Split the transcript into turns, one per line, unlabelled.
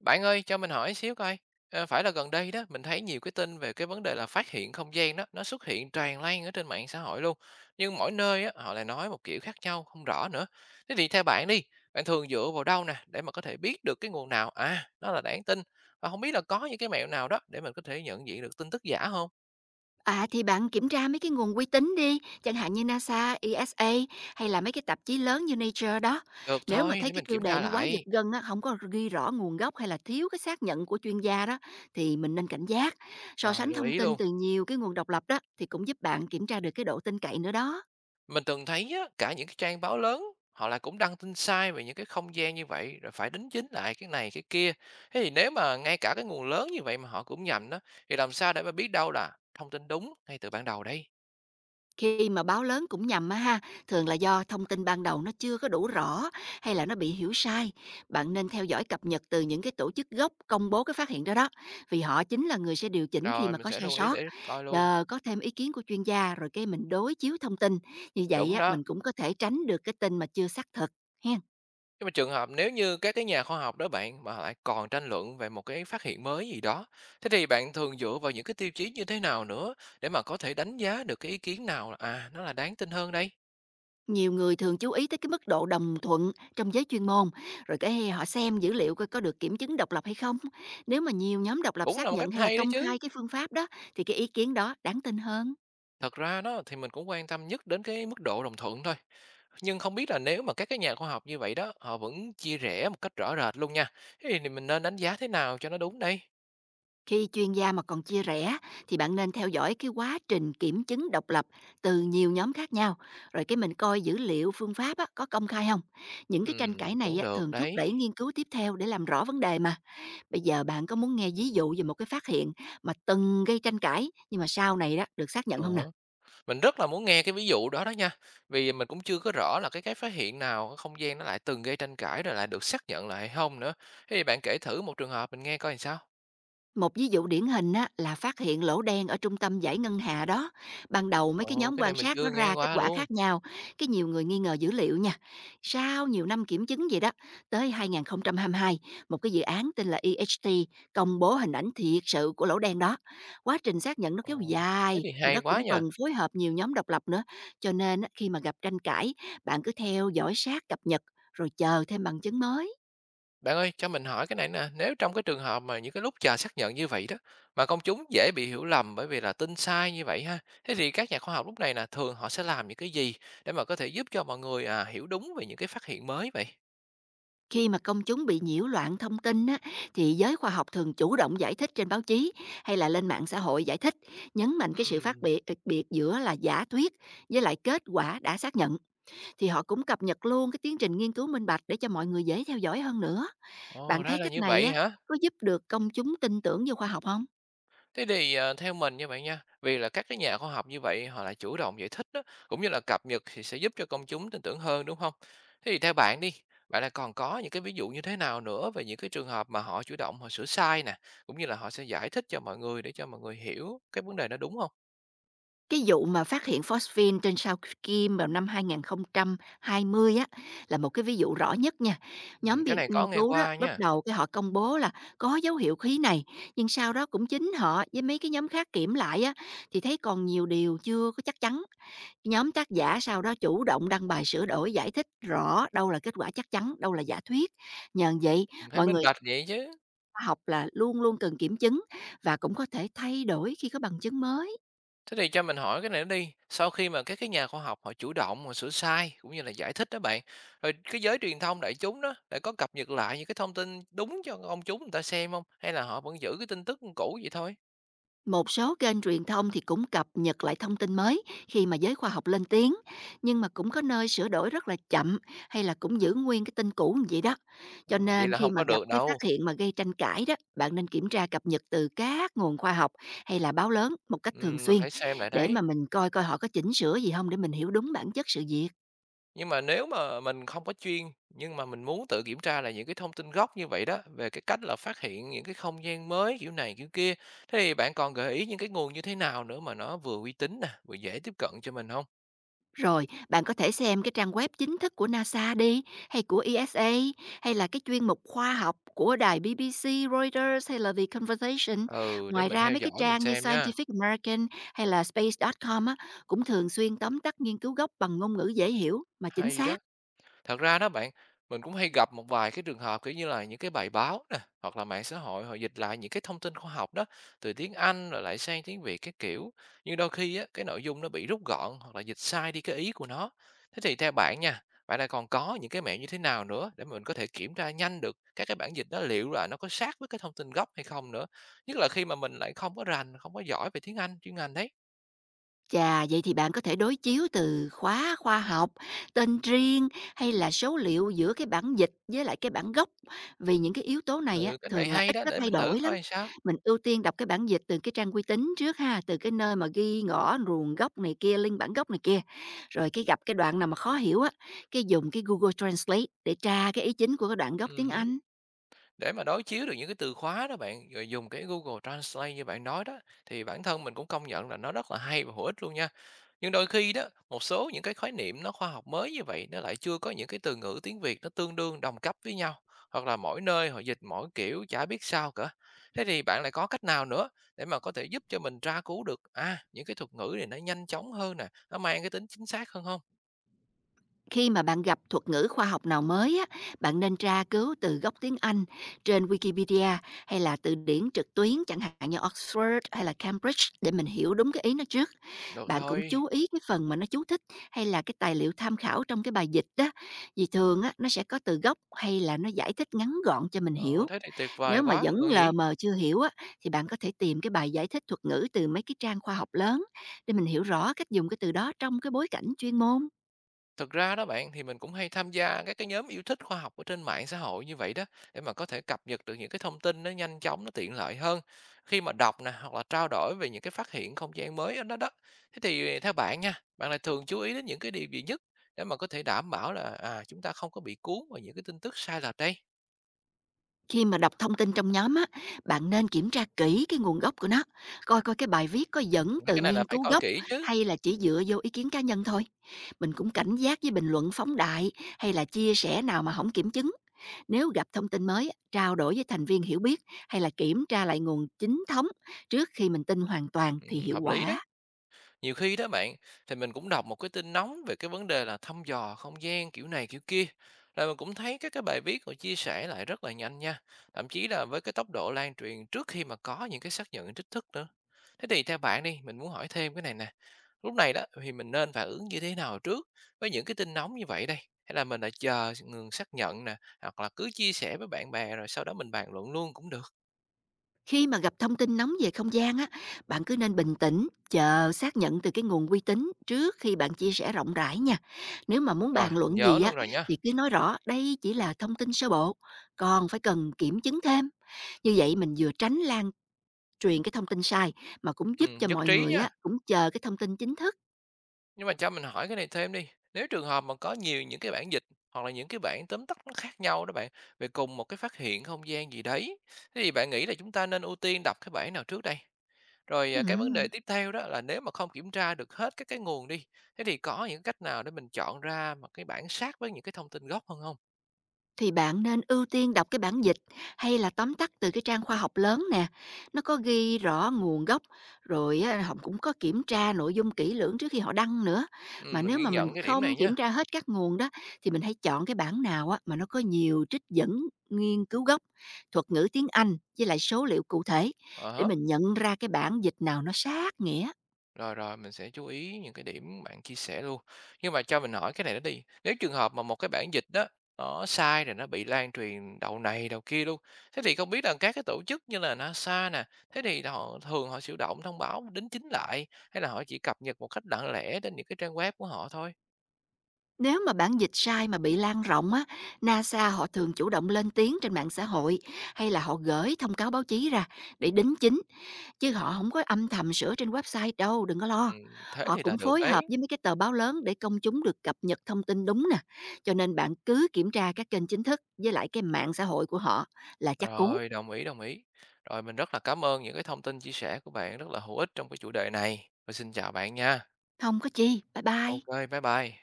Bạn ơi, cho mình hỏi xíu coi. Phải là gần đây đó, mình thấy nhiều cái tin về cái vấn đề là phát hiện không gian đó, nó xuất hiện tràn lan ở trên mạng xã hội luôn. Nhưng mỗi nơi á, họ lại nói một kiểu khác nhau, không rõ nữa. Thế thì theo bạn đi, bạn thường dựa vào đâu nè, để mà có thể biết được cái nguồn nào, à, nó là đáng tin. Và không biết là có những cái mẹo nào đó để mình có thể nhận diện được tin tức giả không?
À, thì bạn kiểm tra mấy cái nguồn uy tín đi, chẳng hạn như NASA, ESA hay là mấy cái tạp chí lớn như Nature đó.
Được
Nếu mà
thôi,
thấy
để
cái
mình
tiêu
kiểm
đề
tra
nó quá giật
lại.
gân á, hổng có ghi rõ nguồn gốc hay là thiếu cái xác nhận của chuyên gia đó thì mình nên cảnh giác. So
Rồi,
sánh
lưu
thông
ý
tin
luôn.
từ nhiều cái nguồn độc lập đó thì cũng giúp bạn kiểm tra được cái độ tin cậy nữa đó.
Mình từng thấy á, cả những cái trang báo lớn họ là cũng đăng tin sai về những cái không gian như vậy rồi phải đính chính lại cái này cái kia. Thế thì nếu mà ngay cả cái nguồn lớn như vậy mà họ cũng nhầm đó, thì làm sao để mà biết đâu là thông tin đúng ngay từ ban đầu đây?
Khi mà báo lớn cũng nhầm á ha, thường là do thông tin ban đầu nó chưa có đủ rõ hay là nó bị hiểu sai. Bạn nên theo dõi cập nhật từ những cái tổ chức gốc công bố cái phát hiện đó đó, vì họ chính là người sẽ điều chỉnh khi
Rồi
mà
mình
có
sẽ
sai
lưu ý
sót.
để coi luôn.
Nhờ có thêm ý kiến của chuyên gia rồi cái mình đối chiếu thông tin, như vậy
Đúng
á
đó.
mình cũng có thể tránh được cái tin mà chưa xác thực. Hen.
Nhưng mà trường hợp nếu như các cái nhà khoa học đó bạn mà họ lại còn tranh luận về một cái phát hiện mới gì đó, thế thì bạn thường dựa vào những cái tiêu chí như thế nào nữa để mà có thể đánh giá được cái ý kiến nào là nó là đáng tin hơn đây?
Nhiều người thường chú ý tới cái mức độ đồng thuận trong giới chuyên môn, rồi cái họ xem dữ liệu coi có được kiểm chứng độc lập hay không. Nếu mà nhiều nhóm độc lập
Cũng là
xác
một
nhận
cách
hay là
hay đấy
công
chứ.
khai cái phương pháp đó thì cái ý kiến đó đáng tin hơn.
Thật ra đó thì mình cũng quan tâm nhất đến cái mức độ đồng thuận thôi. Nhưng không biết là nếu mà các cái nhà khoa học như vậy đó, họ vẫn chia rẽ một cách rõ rệt luôn nha. Thế thì mình nên đánh giá thế nào cho nó đúng đây?
Khi chuyên gia mà còn chia rẽ thì bạn nên theo dõi cái quá trình kiểm chứng độc lập từ nhiều nhóm khác nhau, rồi cái mình coi dữ liệu phương pháp á, có công khai không. Những cái tranh cãi này
Cũng
á,
được
thường thúc
đấy.
đẩy nghiên cứu tiếp theo để làm rõ vấn đề mà. Bây giờ bạn có muốn nghe ví dụ về một cái phát hiện mà từng gây tranh cãi nhưng mà sau này đó được xác nhận
Ờ,
không nè?
mình rất là muốn nghe cái ví dụ đó đó nha. Vì mình cũng chưa có rõ là cái phát hiện nào cái không gian nó lại từng gây tranh cãi rồi lại được xác nhận lại hay không nữa. Thế thì bạn kể thử một trường hợp mình nghe coi làm sao.
Một ví dụ điển hình á, là phát hiện lỗ đen ở trung tâm giải ngân hà đó. Ban đầu mấy cái
Ồ,
nhóm
cái
quan
này mình
sát nó
chưa nghe
ra kết
qua
quả
luôn.
khác nhau, cái nhiều người nghi ngờ dữ liệu nha. Sau nhiều năm kiểm chứng vậy đó, tới 2022, một cái dự án tên là EHT công bố hình ảnh thiệt sự của lỗ đen đó. Quá trình xác nhận nó kéo
Ồ, thế
dài,
thì
rồi nó
hay
cũng
quá
cần
nha.
phối hợp nhiều nhóm độc lập nữa. Cho nên á, khi mà gặp tranh cãi, bạn cứ theo dõi sát cập nhật rồi chờ thêm bằng chứng mới.
Bạn ơi, cho mình hỏi cái này nè, nếu trong cái trường hợp mà những cái lúc chờ xác nhận như vậy đó, mà công chúng dễ bị hiểu lầm bởi vì là tin sai như vậy ha, thế thì các nhà khoa học lúc này là thường họ sẽ làm những cái gì để mà có thể giúp cho mọi người hiểu đúng về những cái phát hiện mới vậy?
Khi mà công chúng bị nhiễu loạn thông tin á, thì giới khoa học thường chủ động giải thích trên báo chí hay là lên mạng xã hội giải thích, nhấn mạnh cái sự phát
Ừm.
biệt giữa là giả thuyết với lại kết quả đã xác nhận. Thì họ cũng cập nhật luôn cái tiến trình nghiên cứu minh bạch để cho mọi người dễ theo dõi hơn nữa.
Ồ,
Bạn
ra
thấy
là
cách
như
này
vậy
á,
hả?
có giúp được công chúng tin tưởng vô khoa học không?
Thế thì, theo mình nha bạn nha, vì là các cái nhà khoa học như vậy họ lại chủ động giải thích đó, cũng như là cập nhật, thì sẽ giúp cho công chúng tin tưởng hơn, đúng không? Thế thì theo bạn đi, bạn là còn có những cái ví dụ như thế nào nữa về những cái trường hợp mà họ chủ động họ sửa sai nè, cũng như là họ sẽ giải thích cho mọi người để cho mọi người hiểu cái vấn đề nó, đúng không?
Cái vụ mà phát hiện phosphin trên sao Kim vào năm 2020 á, là một cái ví dụ rõ nhất nha. Nhóm
Cái
biên
này
nghiên
có nghe
cứu đó,
qua
bắt
nha,
đầu cái họ công bố là có dấu hiệu khí này, nhưng sau đó cũng chính họ với mấy cái nhóm khác kiểm lại á, thì thấy còn nhiều điều chưa có chắc chắn. Nhóm tác giả sau đó chủ động đăng bài sửa đổi giải thích rõ đâu là kết quả chắc chắn, đâu là giả thuyết. Nhờ vậy,
thấy
mọi
minh
người
bạch vậy chứ.
khoa học là luôn luôn cần kiểm chứng và cũng có thể thay đổi khi có bằng chứng mới.
Thế thì cho mình hỏi cái này nó đi, sau khi mà các cái nhà khoa học họ chủ động, họ sửa sai cũng như là giải thích đó bạn, rồi cái giới truyền thông đại chúng đó lại có cập nhật lại những cái thông tin đúng cho công chúng người ta xem không? Hay là họ vẫn giữ cái tin tức cũ vậy thôi?
Một số kênh truyền thông thì cũng cập nhật lại thông tin mới khi mà giới khoa học lên tiếng, nhưng mà cũng có nơi sửa đổi rất là chậm hay là cũng giữ nguyên cái tin cũ như vậy đó. Cho
Ờ, vậy
nên
là
khi
không
mà
có
gặp
được
cái phát
đâu.
hiện mà gây tranh cãi đó, bạn nên kiểm tra cập nhật từ các nguồn khoa học hay là báo lớn một cách thường
Ừm, mình
xuyên
phải xem lại
để mà
đấy.
mình coi coi họ có chỉnh sửa gì không, để mình hiểu đúng bản chất sự việc.
Nhưng mà nếu mà mình không có chuyên, nhưng mà mình muốn tự kiểm tra lại những cái thông tin gốc như vậy đó, về cái cách là phát hiện những cái không gian mới kiểu này kiểu kia, thế thì bạn còn gợi ý những cái nguồn như thế nào nữa mà nó vừa uy tín nè, vừa dễ tiếp cận cho mình không?
Rồi, bạn có thể xem cái trang web chính thức của NASA đi, hay của ESA, hay là cái chuyên mục khoa học của đài BBC, Reuters hay là The Conversation.
Ừ, để
Ngoài
mình
ra
theo
mấy cái
dõi mình
trang như
xem nha.
Scientific American hay là space.com á, cũng thường xuyên tóm tắt nghiên cứu gốc bằng ngôn ngữ dễ hiểu mà chính
Hay đó.
xác.
Thật ra đó bạn, mình cũng hay gặp một vài cái trường hợp kiểu như là những cái bài báo nè, hoặc là mạng xã hội họ dịch lại những cái thông tin khoa học đó từ tiếng Anh rồi lại sang tiếng Việt cái kiểu. Nhưng đôi khi á cái nội dung nó bị rút gọn hoặc là dịch sai đi cái ý của nó. Thế thì theo bạn nha, bạn lại còn có những cái mẹo như thế nào nữa để mình có thể kiểm tra nhanh được các cái bản dịch đó liệu là nó có sát với cái thông tin gốc hay không nữa. Nhất là khi mà mình lại không có rành, không có giỏi về tiếng Anh chuyên ngành đấy.
Chà, vậy thì bạn có thể đối chiếu từ khóa khoa học, tên riêng hay là số liệu giữa cái bản dịch với lại cái bản gốc, vì những cái yếu tố này á
Ừ, cái này
thường là
hay
ít
đó,
có
để
thay
mình thử
đổi lắm.
coi sao.
Mình ưu tiên đọc cái bản dịch từ cái trang uy tín trước ha, từ cái nơi mà ghi ngõ nguồn gốc này kia, link bản gốc này kia. Rồi cái gặp cái đoạn nào mà khó hiểu á, cái dùng cái Google Translate để tra cái ý chính của cái đoạn gốc tiếng
Hứm.
Anh.
Để mà đối chiếu được những cái từ khóa đó bạn, rồi dùng cái Google Translate như bạn nói đó, thì bản thân mình cũng công nhận là nó rất là hay và hữu ích luôn nha. Nhưng đôi khi đó, một số những cái khái niệm nó khoa học mới như vậy, nó lại chưa có những cái từ ngữ tiếng Việt nó tương đương đồng cấp với nhau, hoặc là mỗi nơi họ dịch mỗi kiểu chả biết sao cả. Thế thì bạn lại có cách nào nữa để mà có thể giúp cho mình tra cứu được, à, những cái thuật ngữ này nó nhanh chóng hơn nè, nó mang cái tính chính xác hơn không?
Khi mà bạn gặp thuật ngữ khoa học nào mới á, bạn nên tra cứu từ gốc tiếng Anh trên Wikipedia hay là từ điển trực tuyến chẳng hạn như Oxford hay là Cambridge để mình hiểu đúng cái ý nó trước.
Được
Bạn cũng
thôi,
chú ý cái phần mà nó chú thích hay là cái tài liệu tham khảo trong cái bài dịch đó. Vì thường á, nó sẽ có từ gốc hay là nó giải thích ngắn gọn cho mình
ờ,
hiểu.
thế thì tuyệt
Nếu
vời
mà
quá,
vẫn
còn
lờ
gì.
mờ chưa hiểu á, thì bạn có thể tìm cái bài giải thích thuật ngữ từ mấy cái trang khoa học lớn để mình hiểu rõ cách dùng cái từ đó trong cái bối cảnh chuyên môn.
Thực ra đó bạn thì mình cũng hay tham gia các cái nhóm yêu thích khoa học ở trên mạng xã hội như vậy đó, để mà có thể cập nhật được những cái thông tin nó nhanh chóng nó tiện lợi hơn khi mà đọc nè, hoặc là trao đổi về những cái phát hiện không gian mới ở đó đó. Thế thì theo bạn nha, bạn lại thường chú ý đến những cái điều gì nhất để mà có thể đảm bảo là chúng ta không có bị cuốn vào những cái tin tức sai lệch đây?
Khi mà đọc thông tin trong nhóm á, bạn nên kiểm tra kỹ cái nguồn gốc của nó, coi coi cái bài viết có dẫn
Mấy
từ
cái này
nghiên
là phải
cứu
coi
gốc
kỹ chứ.
hay là chỉ dựa vô ý kiến cá nhân thôi. Mình cũng cảnh giác với bình luận phóng đại hay là chia sẻ nào mà không kiểm chứng. Nếu gặp thông tin mới, trao đổi với thành viên hiểu biết hay là kiểm tra lại nguồn chính thống trước khi mình tin hoàn toàn
Ừ,
thì hiệu
hợp lý
quả.
đấy. Nhiều khi đó bạn, thì mình cũng đọc một cái tin nóng về cái vấn đề là thăm dò không gian kiểu này kiểu kia. Rồi mình cũng thấy các cái bài viết họ chia sẻ lại rất là nhanh nha. Thậm chí là với cái tốc độ lan truyền trước khi mà có những cái xác nhận chính thức nữa. Thế thì theo bạn đi, mình muốn hỏi thêm cái này nè. Lúc này đó thì mình nên phản ứng như thế nào trước với những cái tin nóng như vậy đây? Hay là mình lại chờ ngừng xác nhận nè, hoặc là cứ chia sẻ với bạn bè rồi sau đó mình bàn luận luôn cũng được.
Khi mà gặp thông tin nóng về không gian á, bạn cứ nên bình tĩnh, chờ xác nhận từ cái nguồn uy tín trước khi bạn chia sẻ rộng rãi nha. Nếu mà muốn
Rồi,
bàn
mình
luận
nhớ
gì á
luôn rồi nhá.
thì cứ nói rõ đây chỉ là thông tin sơ bộ, còn phải cần kiểm chứng thêm. Như vậy mình vừa tránh lan truyền cái thông tin sai mà cũng
Ừ,
giúp cho
nhất
mọi
trí
người
nha.
á cũng chờ cái thông tin chính thức.
Nhưng mà cho mình hỏi cái này thêm đi, nếu trường hợp mà có nhiều những cái bản dịch hoặc là những cái bản tóm tắt nó khác nhau đó bạn, về cùng một cái phát hiện không gian gì đấy, thế thì bạn nghĩ là chúng ta nên ưu tiên đọc cái bản nào trước đây? Rồi, à, cái vấn đề
Ừm.
tiếp theo đó là nếu mà không kiểm tra được hết các cái nguồn đi, thế thì có những cách nào để mình chọn ra mà cái bản sát với những cái thông tin gốc hơn không?
Thì bạn nên ưu tiên đọc cái bản dịch hay là tóm tắt từ cái trang khoa học lớn nè. Nó có ghi rõ nguồn gốc, rồi á, họ cũng có kiểm tra nội dung kỹ lưỡng trước khi họ đăng nữa. Mà
Mình
nếu
ghi
mà mình
nhận cái điểm
không
này nhé.
kiểm tra hết các nguồn đó, thì mình hãy chọn cái bản nào á, mà nó có nhiều trích dẫn nghiên cứu gốc, thuật ngữ tiếng Anh với lại số liệu cụ thể,
À
để
há.
mình nhận ra cái bản dịch nào nó sát nghĩa.
Rồi, rồi, mình sẽ chú ý những cái điểm bạn chia sẻ luôn. Nhưng mà cho mình hỏi cái này nữa đi, nếu trường hợp mà một cái bản dịch đó nó sai rồi nó bị lan truyền đầu này đầu kia luôn, thế thì không biết là các cái tổ chức như là NASA nè, thế thì họ thường họ chủ động thông báo đính chính lại hay là họ chỉ cập nhật một cách lặng lẽ trên những cái trang web của họ thôi?
Nếu mà bản dịch sai mà bị lan rộng á, NASA họ thường chủ động lên tiếng trên mạng xã hội hay là họ gửi thông cáo báo chí ra để đính chính, chứ họ không có âm thầm sửa trên website đâu, đừng có lo.
Ừm, thế
Họ
thì là
cũng
được
phối hợp
đấy.
với mấy cái tờ báo lớn để công chúng được cập nhật thông tin đúng nè. Cho nên bạn cứ kiểm tra các kênh chính thức với lại cái mạng xã hội của họ là chắc cú.
Rồi, đồng ý, đồng ý. Rồi mình rất là cảm ơn những cái thông tin chia sẻ của bạn, rất là hữu ích trong cái chủ đề này. Và xin chào bạn nha.
Không có chi. Bye bye.
Ok, bye bye.